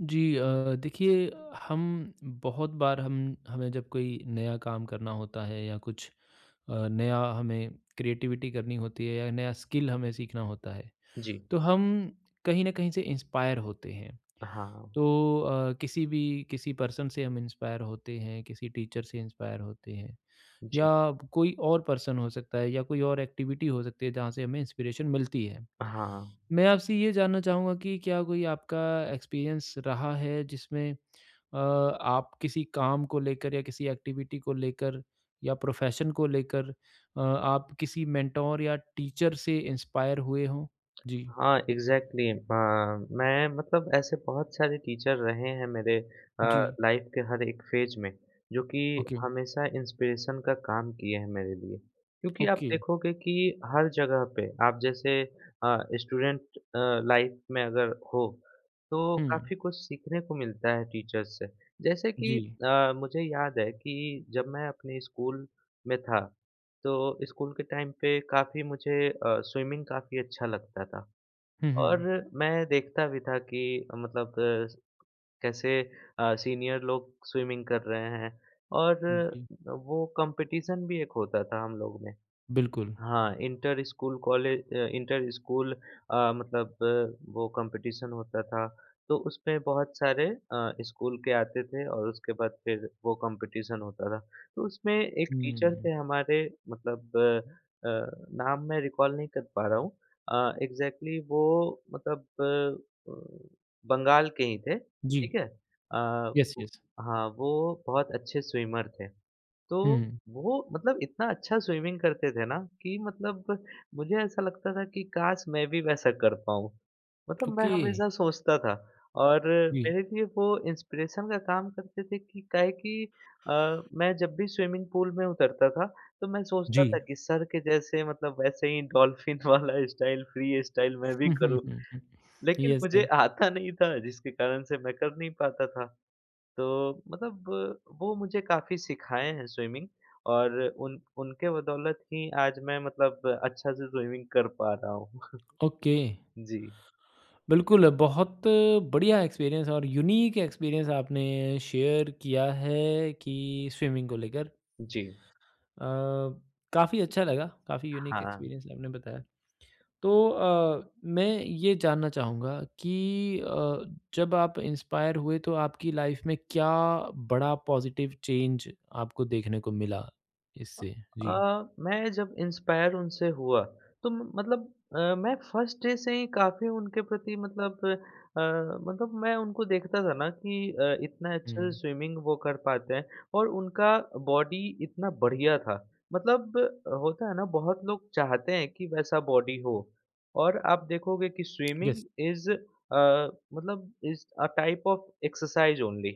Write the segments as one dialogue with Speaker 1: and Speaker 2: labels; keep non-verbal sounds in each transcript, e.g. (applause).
Speaker 1: जी, देखिए। हम बहुत बार हम हमें जब कोई नया काम करना होता है या कुछ नया हमें क्रिएटिविटी करनी होती है या नया स्किल हमें सीखना होता है,
Speaker 2: जी।
Speaker 1: तो हम कहीं ना कहीं से इंस्पायर होते हैं।
Speaker 2: हाँ,
Speaker 1: तो किसी भी किसी पर्सन से हम इंस्पायर होते हैं, किसी टीचर से इंस्पायर होते हैं, या
Speaker 2: जी।
Speaker 1: कोई और पर्सन हो सकता है या कोई और एक्टिविटी हो सकती है जहाँ से हमें इंस्पिरेशन मिलती है।
Speaker 2: हाँ।
Speaker 1: मैं आपसे ये जानना चाहूँगा कि क्या कोई आपका एक्सपीरियंस रहा है जिसमें आप किसी काम को लेकर या किसी एक्टिविटी को लेकर या प्रोफेशन को लेकर, आप किसी मेंटोर या टीचर से इंस्पायर हुए हों? जी,
Speaker 2: हाँ, एग्ज़ैक्टली मैं मतलब ऐसे बहुत सारे टीचर रहे हैं मेरे
Speaker 1: जी।
Speaker 2: लाइफ़ के हर एक फ़ेज़ में, जो कि
Speaker 1: ओके,
Speaker 2: हमेशा इंस्पिरेशन का काम किए हैं मेरे लिए। क्योंकि आप
Speaker 1: ओके।
Speaker 2: देखोगे कि हर जगह पे आप जैसे स्टूडेंट अ, लाइफ़ में अगर हो, तो
Speaker 1: हुँ,
Speaker 2: काफ़ी कुछ सीखने को मिलता है टीचर्स से। जैसे कि
Speaker 1: जी।
Speaker 2: मुझे याद है कि जब मैं अपने स्कूल में था, तो स्कूल के टाइम पे काफ़ी मुझे स्विमिंग काफ़ी अच्छा लगता था।
Speaker 1: हुँ,
Speaker 2: और
Speaker 1: हुँ।
Speaker 2: मैं देखता भी था कि मतलब कैसे सीनियर लोग स्विमिंग कर रहे हैं और
Speaker 1: जी,
Speaker 2: वो कंपटीशन भी एक होता था हम लोग में
Speaker 1: बिल्कुल।
Speaker 2: हाँ, inter school college inter school मतलब वो कॉम्पिटिशन होता था, तो उसमें बहुत सारे स्कूल के आते थे और उसके बाद फिर वो कॉम्पिटिशन होता था। तो उसमें एक टीचर
Speaker 1: हुँ,
Speaker 2: थे हमारे मतलब नाम मैं रिकॉल नहीं कर पा रहा हूँ एग्ज़ैक्टली वो मतलब बंगाल के ही थे,
Speaker 1: जी।
Speaker 2: ठीक है?
Speaker 1: यस,
Speaker 2: वो
Speaker 1: यस।
Speaker 2: हाँ, वो बहुत अच्छे स्विमर थे। तो
Speaker 1: हुँ,
Speaker 2: वो मतलब इतना अच्छा स्विमिंग करते थे ना कि मतलब मुझे ऐसा लगता था कि काश मैं भी वैसा कर पाऊँ। मतलब मैं
Speaker 1: ओके।
Speaker 2: हमेशा सोचता था और
Speaker 1: जी,
Speaker 2: मेरे लिए वो इंस्पिरेशन का काम करते थे कि काहे कि अ, मैं जब भी स्विमिंग पूल में उतरता था, तो मैं सोचता
Speaker 1: जी।
Speaker 2: था कि सर के जैसे मतलब वैसे ही डॉल्फिन (laughs) वाला स्टाइल, फ्री स्टाइल मैं भी
Speaker 1: हुँ, हुँ,
Speaker 2: करूँ।
Speaker 1: हुँ, हुँ।
Speaker 2: लेकिन
Speaker 1: यस,
Speaker 2: मुझे
Speaker 1: यस।
Speaker 2: आता नहीं था जिसके कारण से मैं कर नहीं पाता था। तो मतलब वो मुझे काफ़ी सिखाए हैं स्विमिंग और उन उनके बदौलत ही आज मैं मतलब अच्छा से स्विमिंग कर पा रहा हूँ।
Speaker 1: ओके।
Speaker 2: (laughs) जी,
Speaker 1: बिल्कुल, बहुत बढ़िया एक्सपीरियंस और यूनिक एक्सपीरियंस आपने शेयर किया है कि स्विमिंग को लेकर।
Speaker 2: जी।
Speaker 1: अ, काफ़ी अच्छा लगा, काफ़ी यूनिक
Speaker 2: हाँ।
Speaker 1: एक्सपीरियंस आपने बताया। तो मैं ये जानना चाहूँगा कि जब आप इंस्पायर हुए तो आपकी लाइफ़ में क्या बड़ा पॉज़िटिव चेंज आपको देखने को मिला इससे?
Speaker 2: अ,
Speaker 1: जी।
Speaker 2: मैं जब इंस्पायर उनसे हुआ तो म मतलब मैं फर्स्ट डे से ही काफ़ी उनके प्रति मतलब मतलब मैं उनको देखता था ना कि इतना अच्छा
Speaker 1: हुँ,
Speaker 2: स्विमिंग वो कर पाते हैं और उनका बॉडी इतना बढ़िया था। मतलब होता है ना बहुत लोग चाहते हैं कि वैसा बॉडी हो और आप देखोगे कि स्विमिंग
Speaker 1: यस।
Speaker 2: इज़ अ, मतलब is a type of exercise only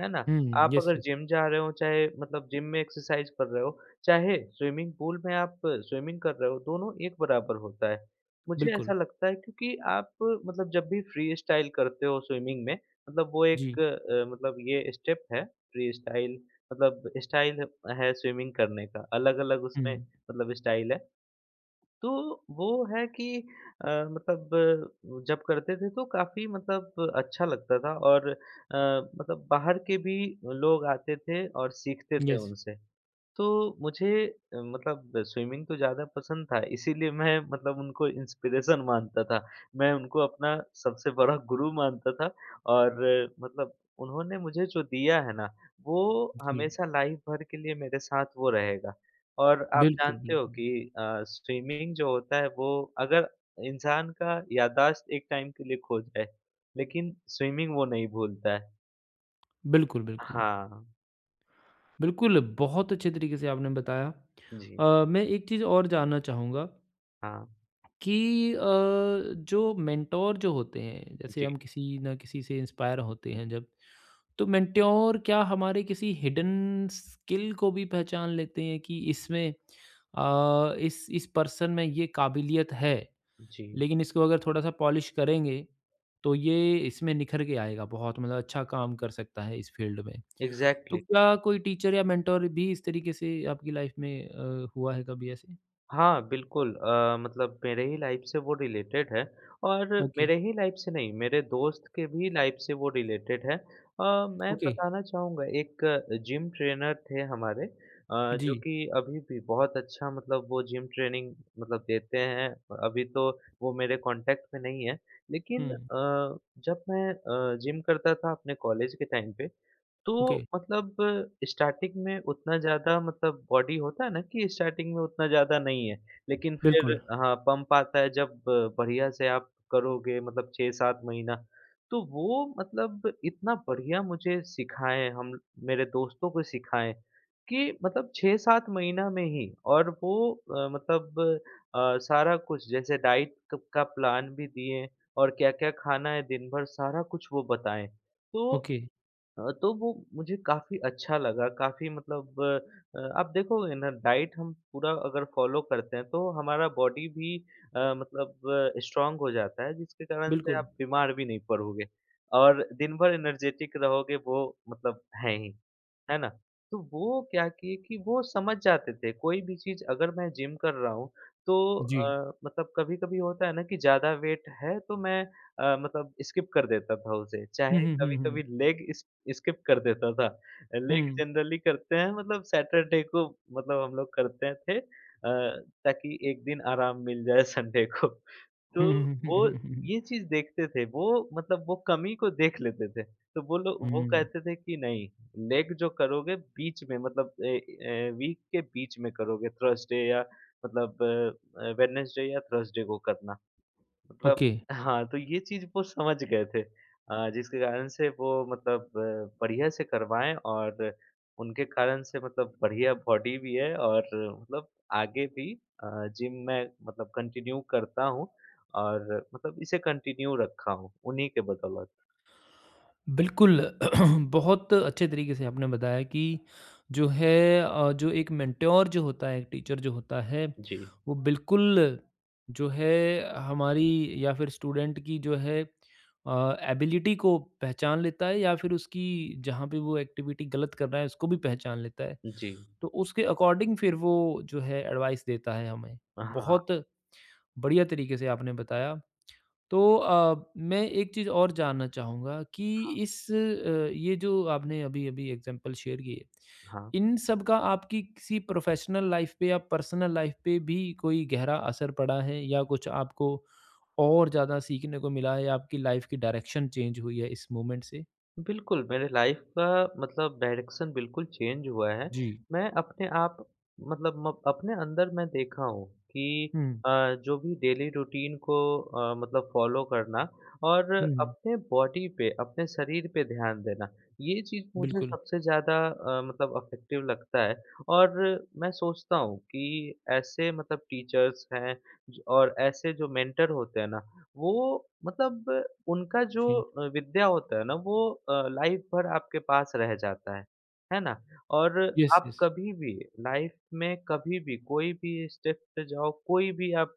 Speaker 2: है ना?
Speaker 1: हुँ,
Speaker 2: आप
Speaker 1: यस,
Speaker 2: अगर
Speaker 1: यस,
Speaker 2: जिम जा रहे हो चाहे मतलब जिम में एक्सरसाइज़ कर रहे हो चाहे स्विमिंग पूल में आप स्विमिंग कर रहे हो, दोनों एक बराबर होता है। मुझे ऐसा
Speaker 1: बिल्कुल।
Speaker 2: लगता है क्योंकि आप मतलब जब भी फ्री स्टाइल करते हो स्विमिंग में मतलब वो एक
Speaker 1: जी,
Speaker 2: मतलब ये स्टेप है फ्री स्टाइल मतलब स्टाइल है स्विमिंग करने का, अलग-अलग
Speaker 1: हुँ,
Speaker 2: उसमें मतलब स्टाइल है। तो वो है कि मतलब जब करते थे तो काफ़ी मतलब अच्छा लगता था और मतलब बाहर के भी लोग आते थे और सीखते थे
Speaker 1: यस,
Speaker 2: उनसे। तो मुझे मतलब स्विमिंग तो ज़्यादा पसंद था, इसीलिए मैं (laughs) मतलब उनको इंस्पिरेशन मानता था। मैं उनको अपना सबसे बड़ा गुरु मानता था और मतलब उन्होंने मुझे जो दिया है ना, वो
Speaker 1: जी,
Speaker 2: हमेशा लाइफ़ भर के लिए मेरे साथ वो रहेगा। और आप
Speaker 1: बिल्कुल,
Speaker 2: जानते हो
Speaker 1: बिल्कुल।
Speaker 2: कि स्विमिंग जो होता है वो अगर इंसान का याददाश्त एक टाइम के लिए खो जाए, लेकिन स्विमिंग वो नहीं भूलता है।
Speaker 1: बिल्कुल, बिल्कुल।
Speaker 2: हाँ।
Speaker 1: बिल्कुल, बहुत अच्छे तरीके से आपने बताया।
Speaker 2: जी।
Speaker 1: मैं एक चीज़ और जानना चाहूँगा
Speaker 2: हाँ।
Speaker 1: कि जो मेंटोर जो होते हैं, जैसे
Speaker 2: जी,
Speaker 1: हम किसी न किसी से इंस्पायर होते हैं जब, तो मेंटोर क्या हमारे किसी हिडन स्किल को भी पहचान लेते हैं कि इसमें इस पर्सन में ये काबिलियत है?
Speaker 2: जी।
Speaker 1: लेकिन इसको अगर थोड़ा-सा पॉलिश करेंगे, तो ये इसमें निखर के आएगा, बहुत मतलब अच्छा काम कर सकता है इस फ़ील्ड में। तो
Speaker 2: एग्ज़ैक्टली।
Speaker 1: क्या कोई टीचर या मेंटर भी इस तरीके से आपकी लाइफ़ में हुआ है कभी ऐसे?
Speaker 2: हाँ, बिल्कुल मतलब मेरे ही लाइफ़ से वो रिलेटेड है और
Speaker 1: ओके,
Speaker 2: मेरे ही लाइफ़ से नहीं, मेरे दोस्त के भी लाइफ़ से वो रिलेटेड है। मैं
Speaker 1: ओके,
Speaker 2: बताना चाहूँगा एक जिम ट्रेनर थे हमारे अ, जो
Speaker 1: जी,
Speaker 2: कि अभी भी बहुत अच्छा मतलब वो जिम ट्रेनिंग मतलब देते हैं। अभी तो वो मेरे कॉन्टैक्ट में नहीं है, लेकिन
Speaker 1: हुँ,
Speaker 2: जब मैं जिम करता था अपने कॉलेज के टाइम पे, तो
Speaker 1: ओके,
Speaker 2: मतलब स्टार्टिंग में उतना ज़्यादा मतलब बॉडी होता है ना कि स्टार्टिंग में उतना ज़्यादा नहीं है, लेकिन फिर
Speaker 1: बिल्कुल,
Speaker 2: हाँ, पंप आता है जब बढ़िया से आप करोगे मतलब 6-7 महीना, तो वो मतलब इतना बढ़िया मुझे सिखाएँ हम मेरे दोस्तों को सिखाएँ कि मतलब 6-7 महीना में ही और वो मतलब सारा कुछ जैसे डाइट क का प्लान भी दिए और क्या-क्या खाना है दिन भर सारा कुछ वो बताएँ। तो
Speaker 1: ओके,
Speaker 2: अ, तो वो मुझे काफ़ी अच्छा लगा, काफ़ी मतलब आप देखोगे ना डाइट हम पूरा अगर फ़ॉलो करते हैं तो हमारा बॉडी भी मतलब स्ट्रॉन्ग हो जाता है जिसके कारण से
Speaker 1: बिल्कुल,
Speaker 2: आप बीमार भी नहीं पड़ोगे और दिन भर एनर्जेटिक रहोगे वो मतलब है ही। है ना? तो वो क्या किए कि वो समझ जाते थे, कोई भी चीज़ अगर मैं जिम कर रहा हूँ, तो
Speaker 1: जी।
Speaker 2: मतलब कभी-कभी होता है ना कि ज़्यादा वेट है तो मैं मतलब स्किप कर देता था उसे,
Speaker 1: हुँ,
Speaker 2: चाहे
Speaker 1: हुँ, हुँ,
Speaker 2: कभी-कभी
Speaker 1: हुँ,
Speaker 2: लेग इस स्किप कर देता था। लेग
Speaker 1: हुँ,
Speaker 2: जनरली करते हैं मतलब सैटरडे को मतलब हम लोग करते थे ताकि एक दिन आराम मिल जाए (laughs) संडे को।
Speaker 1: हुँ,
Speaker 2: तो
Speaker 1: हुँ, हुँ,
Speaker 2: वो
Speaker 1: हुँ, हुँ, हुँ,
Speaker 2: ये चीज़ देखते थे, वो मतलब वो कमी को देख लेते थे। तो वो लोग
Speaker 1: हुँ,
Speaker 2: वो
Speaker 1: हुँ,
Speaker 2: कहते थे कि नहीं, लेग जो करोगे बीच में मतलब ए ए वीक के बीच में करोगे, थर्सडे या मतलब वेडनेसडे या थर्सडे को करना। मतलब
Speaker 1: ओके।
Speaker 2: हाँ, तो ये चीज़ वो समझ गए थे जिसके कारण से वो मतलब बढ़िया से करवाएँ और उनके कारण से मतलब बढ़िया बॉडी भी है और मतलब आगे भी जिम मैं मतलब कंटिन्यू करता हूँ और मतलब इसे कंटिन्यू रखा हूँ, उन्हीं के बदौलत।
Speaker 1: बिल्कुल, (clears throat) बहुत अच्छे तरीके से आपने बताया कि जो है जो एक मेंटर जो होता है, एक टीचर जो होता है,
Speaker 2: जी,
Speaker 1: वो बिल्कुल जो है हमारी या फिर स्टूडेंट की जो है एबिलिटी को पहचान लेता है या फिर उसकी जहाँ पे वो एक्टिविटी गलत कर रहा है, उसको भी पहचान लेता है।
Speaker 2: जी।
Speaker 1: तो उसके अकॉर्डिंग फिर वो जो है एडवाइस देता है हमें।
Speaker 2: हाँ,
Speaker 1: बहुत बढ़िया तरीके से आपने बताया। तो मैं एक चीज़ और जानना चाहूँगा कि इस अ, ये जो आपने अभी-अभी एग्ज़ाम्पल शेयर किए,
Speaker 2: हाँ।
Speaker 1: इन सब का आपकी किसी प्रोफ़ेशनल लाइफ़ पे या पर्सनल लाइफ़ पे भी कोई गहरा असर पड़ा है, या कुछ आपको और ज़्यादा सीखने को मिला है, या आपकी लाइफ़ की डायरेक्शन चेंज हुई है इस मोमेंट से?
Speaker 2: बिल्कुल, मेरे लाइफ़ का मतलब डायरेक्शन बिल्कुल चेंज हुआ है।
Speaker 1: जी।
Speaker 2: मैं अपने आप मतलब म अपने अंदर मैं देखा हूँ कि
Speaker 1: हुँ।
Speaker 2: अ, जो भी डेली रूटीन को मतलब फ़ॉलो करना और
Speaker 1: हुँ, हुँ।
Speaker 2: अपने बॉडी पे, अपने शरीर पे ध्यान देना, ये चीज़ मुझे
Speaker 1: बिल्कुल।
Speaker 2: सबसे ज़्यादा मतलब इफ़ेक्टिव लगता है और मैं सोचता हूँ कि ऐसे मतलब टीचर्स हैं ज और ऐसे जो मेंटर होते हैं ना, वो मतलब उनका जो
Speaker 1: जी।
Speaker 2: विद्या होता है ना वो लाइफ़ भर आपके पास रह जाता है ना? और
Speaker 1: यस,
Speaker 2: आप
Speaker 1: यस।
Speaker 2: कभी भी लाइफ़ में कभी भी कोई भी स्टेप पे जाओ, कोई भी आप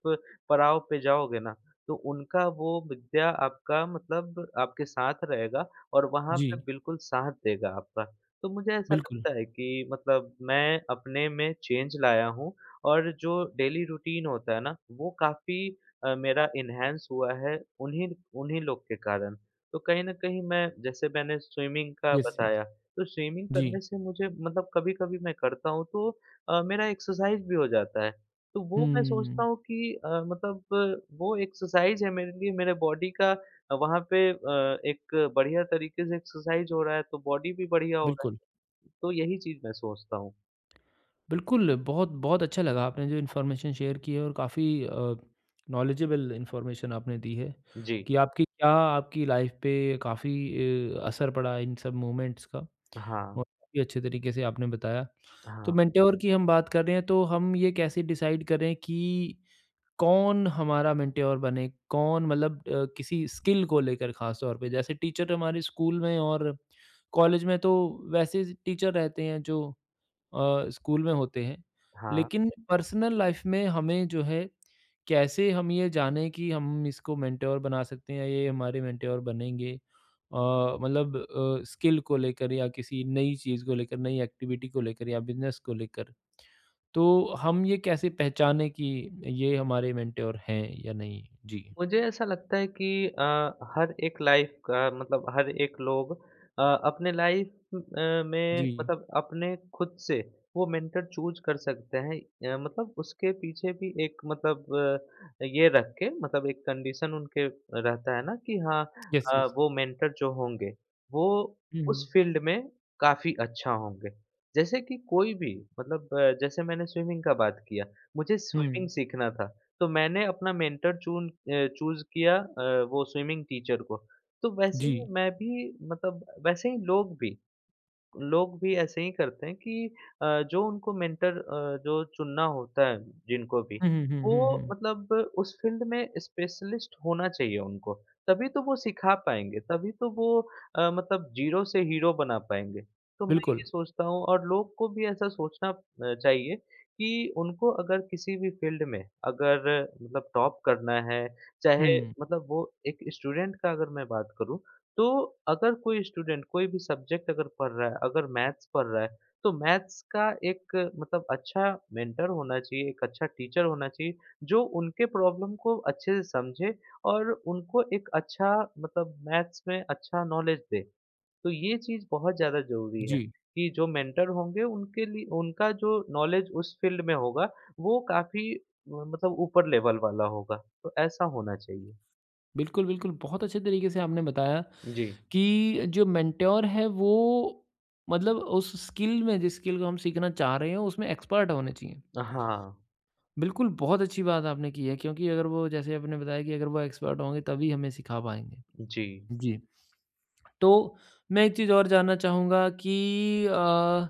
Speaker 2: पड़ाव पे जाओगे ना, तो उनका वो विद्या आपका मतलब आपके साथ रहेगा और वहाँ पे
Speaker 1: जी,
Speaker 2: बिल्कुल साथ देगा आपका। तो मुझे ऐसा
Speaker 1: बिल्कुल।
Speaker 2: लगता है कि मतलब मैं अपने में चेंज लाया हूँ और जो डेली रूटीन होता है ना, वो काफ़ी मेरा एनहांस हुआ है उन्हीं उन्हीं लोग के कारण। तो कहीं न कहीं मैं जैसे मैंने स्विमिंग का
Speaker 1: यस, यस।
Speaker 2: बताया, तो स्विमिंग
Speaker 1: जी।
Speaker 2: करने से मुझे मतलब कभी-कभी मैं करता हूँ तो मेरा एक्सरसाइज़ भी हो जाता है। तो वो मैं सोचता
Speaker 1: हुँ,
Speaker 2: हूँ कि मतलब वो एक्सरसाइज़ है मेरे लिए मेरे बॉडी का वहाँ पे एक बढ़िया तरीके से एक्सरसाइज़ हो रहा है तो बॉडी भी बढ़िया हो रहा
Speaker 1: बिल्कुल।
Speaker 2: है। तो यही चीज़ मैं सोचता हूँ।
Speaker 1: बिल्कुल, बहुत बहुत अच्छा लगा, आपने जो इन्फॉर्मेशन शेयर की है और काफ़ी नॉलेजेबल इन्फॉर्मेशन आपने दी है
Speaker 2: जी।
Speaker 1: कि आपकी क्या आपकी लाइफ पे काफ़ी असर पड़ा इन सब मूवमेंट्स का, और
Speaker 2: हाँ।
Speaker 1: काफ़ी अच्छे तरीके से आपने बताया। तो
Speaker 2: हाँ।
Speaker 1: मेंटोर की हम बात कर रहे हैं, तो हम ये कैसे डिसाइड करें कि कौन हमारा मेंटोर बने? कौन मतलब किसी स्किल को लेकर ख़ास तौर पे, जैसे टीचर हमारे स्कूल में और कॉलेज में, तो वैसे टीचर रहते हैं जो स्कूल में होते हैं।
Speaker 2: हाँ।
Speaker 1: लेकिन हुँ। पर्सनल लाइफ़ में हमें जो है, कैसे हम ये जाने कि हम इसको मेंटर बना सकते हैं या ये हमारे मेंटर बनेंगे। अ, स्किल को लेकर या किसी नई चीज़ को लेकर, नई एक्टिविटी को लेकर या बिज़नेस को लेकर। तो हम ये कैसे पहचानें कि ये हमारे मेंटर हैं या नहीं? जी।
Speaker 2: मुझे ऐसा लगता है कि अ, हर एक लाइफ का मतलब हर एक लोग अ, अपने लाइफ में
Speaker 1: जी।
Speaker 2: मतलब अपने खुद से वो मेंटर चूज कर सकते हैं मतलब उसके पीछे भी एक मतलब ये रख के मतलब एक कंडीशन उनके रहता है ना कि हाँ
Speaker 1: यस, यस।
Speaker 2: वो मेंटर जो होंगे वो
Speaker 1: हुँ,
Speaker 2: उस
Speaker 1: हुँ।
Speaker 2: फील्ड में काफी अच्छा होंगे जैसे कि कोई भी मतलब जैसे मैंने स्विमिंग का बात किया मुझे
Speaker 1: हुँ।
Speaker 2: स्विमिंग सीखना था तो मैंने अपना मेंटर चूज़ किया वो स्विमिंग टीचर को। तो वैसे
Speaker 1: जी।
Speaker 2: ही मैं भी मतलब वैसे ही लोग भी ऐसे ही करते हैं कि अ, जो उनको मेंटर जो चुनना होता है जिनको भी,
Speaker 1: हुँ, हुँ, हुँ, हुँ,
Speaker 2: वो
Speaker 1: हुँ।
Speaker 2: मतलब उस फील्ड में स्पेशलिस्ट होना चाहिए उनको। तभी तो वो सिखा पाएँगे, तभी तो वो मतलब ज़ीरो से हीरो बना पाएँगे। तो मैं
Speaker 1: बिल्कुल।
Speaker 2: ये सोचता हूँ और लोग को भी ऐसा सोचना चाहिए कि उनको अगर किसी भी फील्ड में अगर मतलब टॉप करना है, चाहे
Speaker 1: हुँ।
Speaker 2: मतलब वो एक स्टूडेंट का अगर मैं बात करूँ, तो अगर कोई स्टूडेंट कोई भी सब्जेक्ट अगर पढ़ रहा है, अगर मैथ्स पढ़ रहा है, तो मैथ्स का एक मतलब अच्छा मेंटर होना चाहिए, एक अच्छा टीचर होना चाहिए, जो उनके प्रॉब्लम को अच्छे से समझे और उनको एक अच्छा मतलब मैथ्स में अच्छा नॉलेज दे। तो ये चीज़ बहुत ज़्यादा ज़रूरी है
Speaker 1: जी।
Speaker 2: कि जो मेंटर होंगे उनके लिए उनका जो नॉलेज उस फील्ड में होगा, वो काफ़ी मतलब ऊपर लेवल वाला होगा। तो ऐसा होना चाहिए।
Speaker 1: बिल्कुल, बिल्कुल। बहुत अच्छे तरीके से आपने बताया
Speaker 2: जी।
Speaker 1: कि जो मेंटर है वो मतलब उस स्किल में, जिस स्किल को हम सीखना चाह रहे हैं, उसमें एक्सपर्ट होने चाहिए।
Speaker 2: हाँ,
Speaker 1: बिल्कुल, बहुत अच्छी बात आपने की है, क्योंकि अगर वो, जैसे आपने बताया, कि अगर वो एक्सपर्ट होंगे तभी हमें सिखा पाएँगे।
Speaker 2: जी।
Speaker 1: जी, तो मैं एक चीज़ और जानना चाहूँगा कि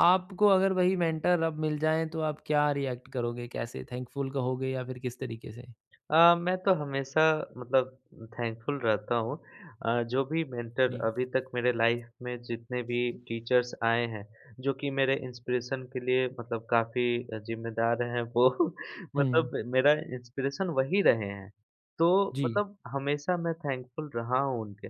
Speaker 1: आपको अगर वही मेंटर अब मिल जाएँ तो आप क्या रिएक्ट करोगे? कैसे थैंकफुल कहोगे या फिर किस तरीके से?
Speaker 2: मैं तो हमेशा मतलब थैंकफुल रहता हूँ जो भी मेंटर
Speaker 1: जी।
Speaker 2: अभी तक मेरे लाइफ में जितने भी टीचर्स आए हैं जो कि मेरे इंस्पिरेशन के लिए मतलब काफ़ी जिम्मेदार हैं वो (laughs)
Speaker 1: हुँ।
Speaker 2: मतलब मेरा इंस्पिरेशन वही रहे हैं। तो
Speaker 1: जी,
Speaker 2: मतलब हमेशा मैं थैंकफुल रहा हूँ उनके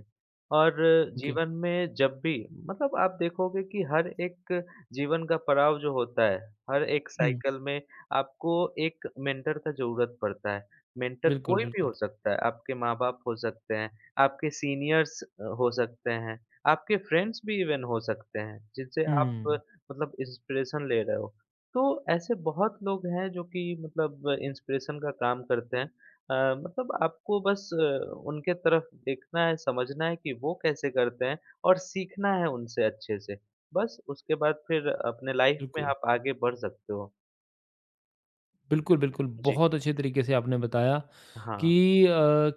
Speaker 2: और
Speaker 1: ओके।
Speaker 2: जीवन में जब भी मतलब आप देखोगे कि हर एक जीवन का पड़ाव जो होता है, हर एक
Speaker 1: हुँ,
Speaker 2: साइकिल में आपको एक मेंटर का ज़रूरत पड़ता है। मेंटर
Speaker 1: बिल्कुल,
Speaker 2: कोई भी हो
Speaker 1: बिल्कुल।
Speaker 2: सकता है, आपके माँ-बाप हो सकते हैं, आपके सीनियर्स हो सकते हैं, आपके फ्रेंड्स भी इवन हो सकते हैं, जिनसे आप
Speaker 1: हुँ,
Speaker 2: मतलब इंस्पिरेशन ले रहे हो। तो ऐसे बहुत लोग हैं जो कि मतलब इंस्पिरेशन का काम करते हैं। मतलब आपको बस उनके तरफ देखना है, समझना है कि वो कैसे करते हैं और सीखना है उनसे अच्छे से। बस उसके बाद फिर अपने लाइफ में
Speaker 1: बिल्कुल।
Speaker 2: आप आगे बढ़ सकते हो।
Speaker 1: बिल्कुल, बिल्कुल,
Speaker 2: जी।
Speaker 1: बहुत अच्छे तरीके से आपने बताया
Speaker 2: हाँ।
Speaker 1: कि अ,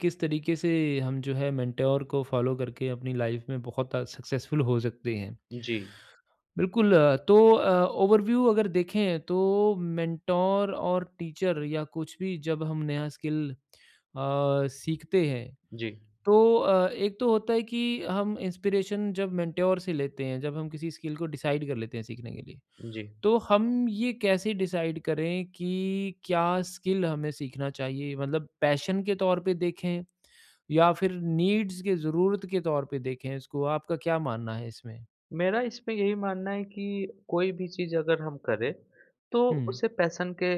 Speaker 1: किस तरीके से हम जो है मेंटोर को फ़ॉलो करके अपनी लाइफ़ में बहुत सक्सेसफुल हो सकते हैं।
Speaker 2: जी।
Speaker 1: बिल्कुल अ, तो अ, ओवरव्यू अगर देखें तो मेंटोर और टीचर या कुछ भी, जब हम नया स्किल सीखते हैं,
Speaker 2: जी।
Speaker 1: तो एक तो होता है कि हम इंस्पिरेशन जब मेंटोर से लेते हैं, जब हम किसी स्किल को डिसाइड कर लेते हैं सीखने के लिए।
Speaker 2: जी।
Speaker 1: तो हम ये कैसे डिसाइड करें कि क्या स्किल हमें सीखना चाहिए? मतलब पैशन के तौर पे देखें या फिर नीड्स के, ज़रूरत के तौर पे देखें इसको? आपका क्या मानना है इसमें?
Speaker 2: मेरा इसमें यही मानना है कि कोई भी चीज़ अगर हम करें, तो
Speaker 1: हुँ,
Speaker 2: उसे पैशन के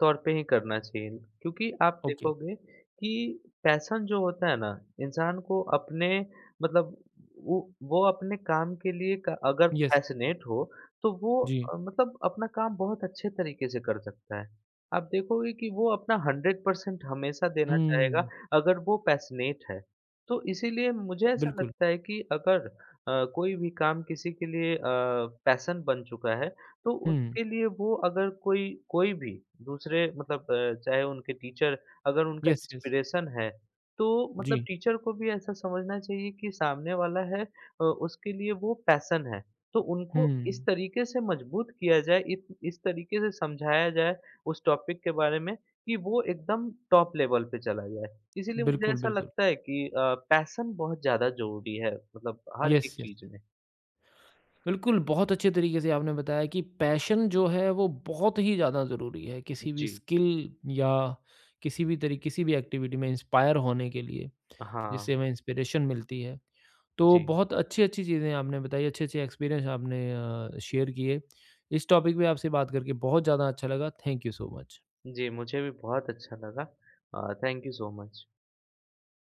Speaker 2: तौर पे ही करना चाहिए। क्योंकि आप
Speaker 1: ओके,
Speaker 2: देखोगे कि पैशन जो होता है ना, इंसान को अपने मतलब वो वो अपने काम के लिए क अगर
Speaker 1: यस,
Speaker 2: पैशनेट हो, तो वो
Speaker 1: जी,
Speaker 2: मतलब अपना काम बहुत अच्छे तरीके से कर सकता है। आप देखोगे कि वो अपना 100% हमेशा देना चाहेगा,
Speaker 1: हुँ,
Speaker 2: अगर वो पैशनेट है। तो इसीलिए मुझे ऐसा
Speaker 1: बिल्कुल,
Speaker 2: लगता है कि अगर कोई भी काम किसी के लिए पैशन बन चुका है, तो
Speaker 1: हुँ,
Speaker 2: उसके लिए वो अगर कोई कोई भी दूसरे मतलब चाहे उनके टीचर अगर उनका
Speaker 1: यस, यस,
Speaker 2: इंस्पिरेशन है, तो मतलब
Speaker 1: जी,
Speaker 2: टीचर को भी ऐसा समझना चाहिए कि सामने वाला है उसके लिए वो पैशन है। तो उनको इस
Speaker 1: हुँ,
Speaker 2: तरीके से मजबूत किया जाए, इत इस तरीके से समझाया जाए उस टॉपिक के बारे में कि वो एकदम टॉप लेवल पे चला जाए। इसीलिए मुझे
Speaker 1: बिल्कुल,
Speaker 2: ऐसा
Speaker 1: बिल्कुल,
Speaker 2: लगता है कि पैशन बहुत ज़्यादा ज़रूरी है मतलब हर
Speaker 1: यस,
Speaker 2: एक
Speaker 1: यस।
Speaker 2: चीज़ में।
Speaker 1: बिल्कुल, बहुत अच्छे तरीके से आपने बताया कि पैशन जो है वो बहुत ही ज़्यादा ज़रूरी है, किसी भी
Speaker 2: जी।
Speaker 1: स्किल या किसी भी एक्टिविटी में इंस्पायर होने के लिए, जिससे
Speaker 2: हाँ,
Speaker 1: हमें इंस्पिरेशन मिलती है। तो
Speaker 2: जी।
Speaker 1: बहुत अच्छी-अच्छी चीज़ें आपने बताई, अच्छे-अच्छे एक्सपीरियंस आपने शेयर किए। इस टॉपिक पे आपसे बात करके बहुत ज़्यादा अच्छा लगा। Thank you so much.
Speaker 2: जी, मुझे भी बहुत अच्छा लगा। Thank you so much.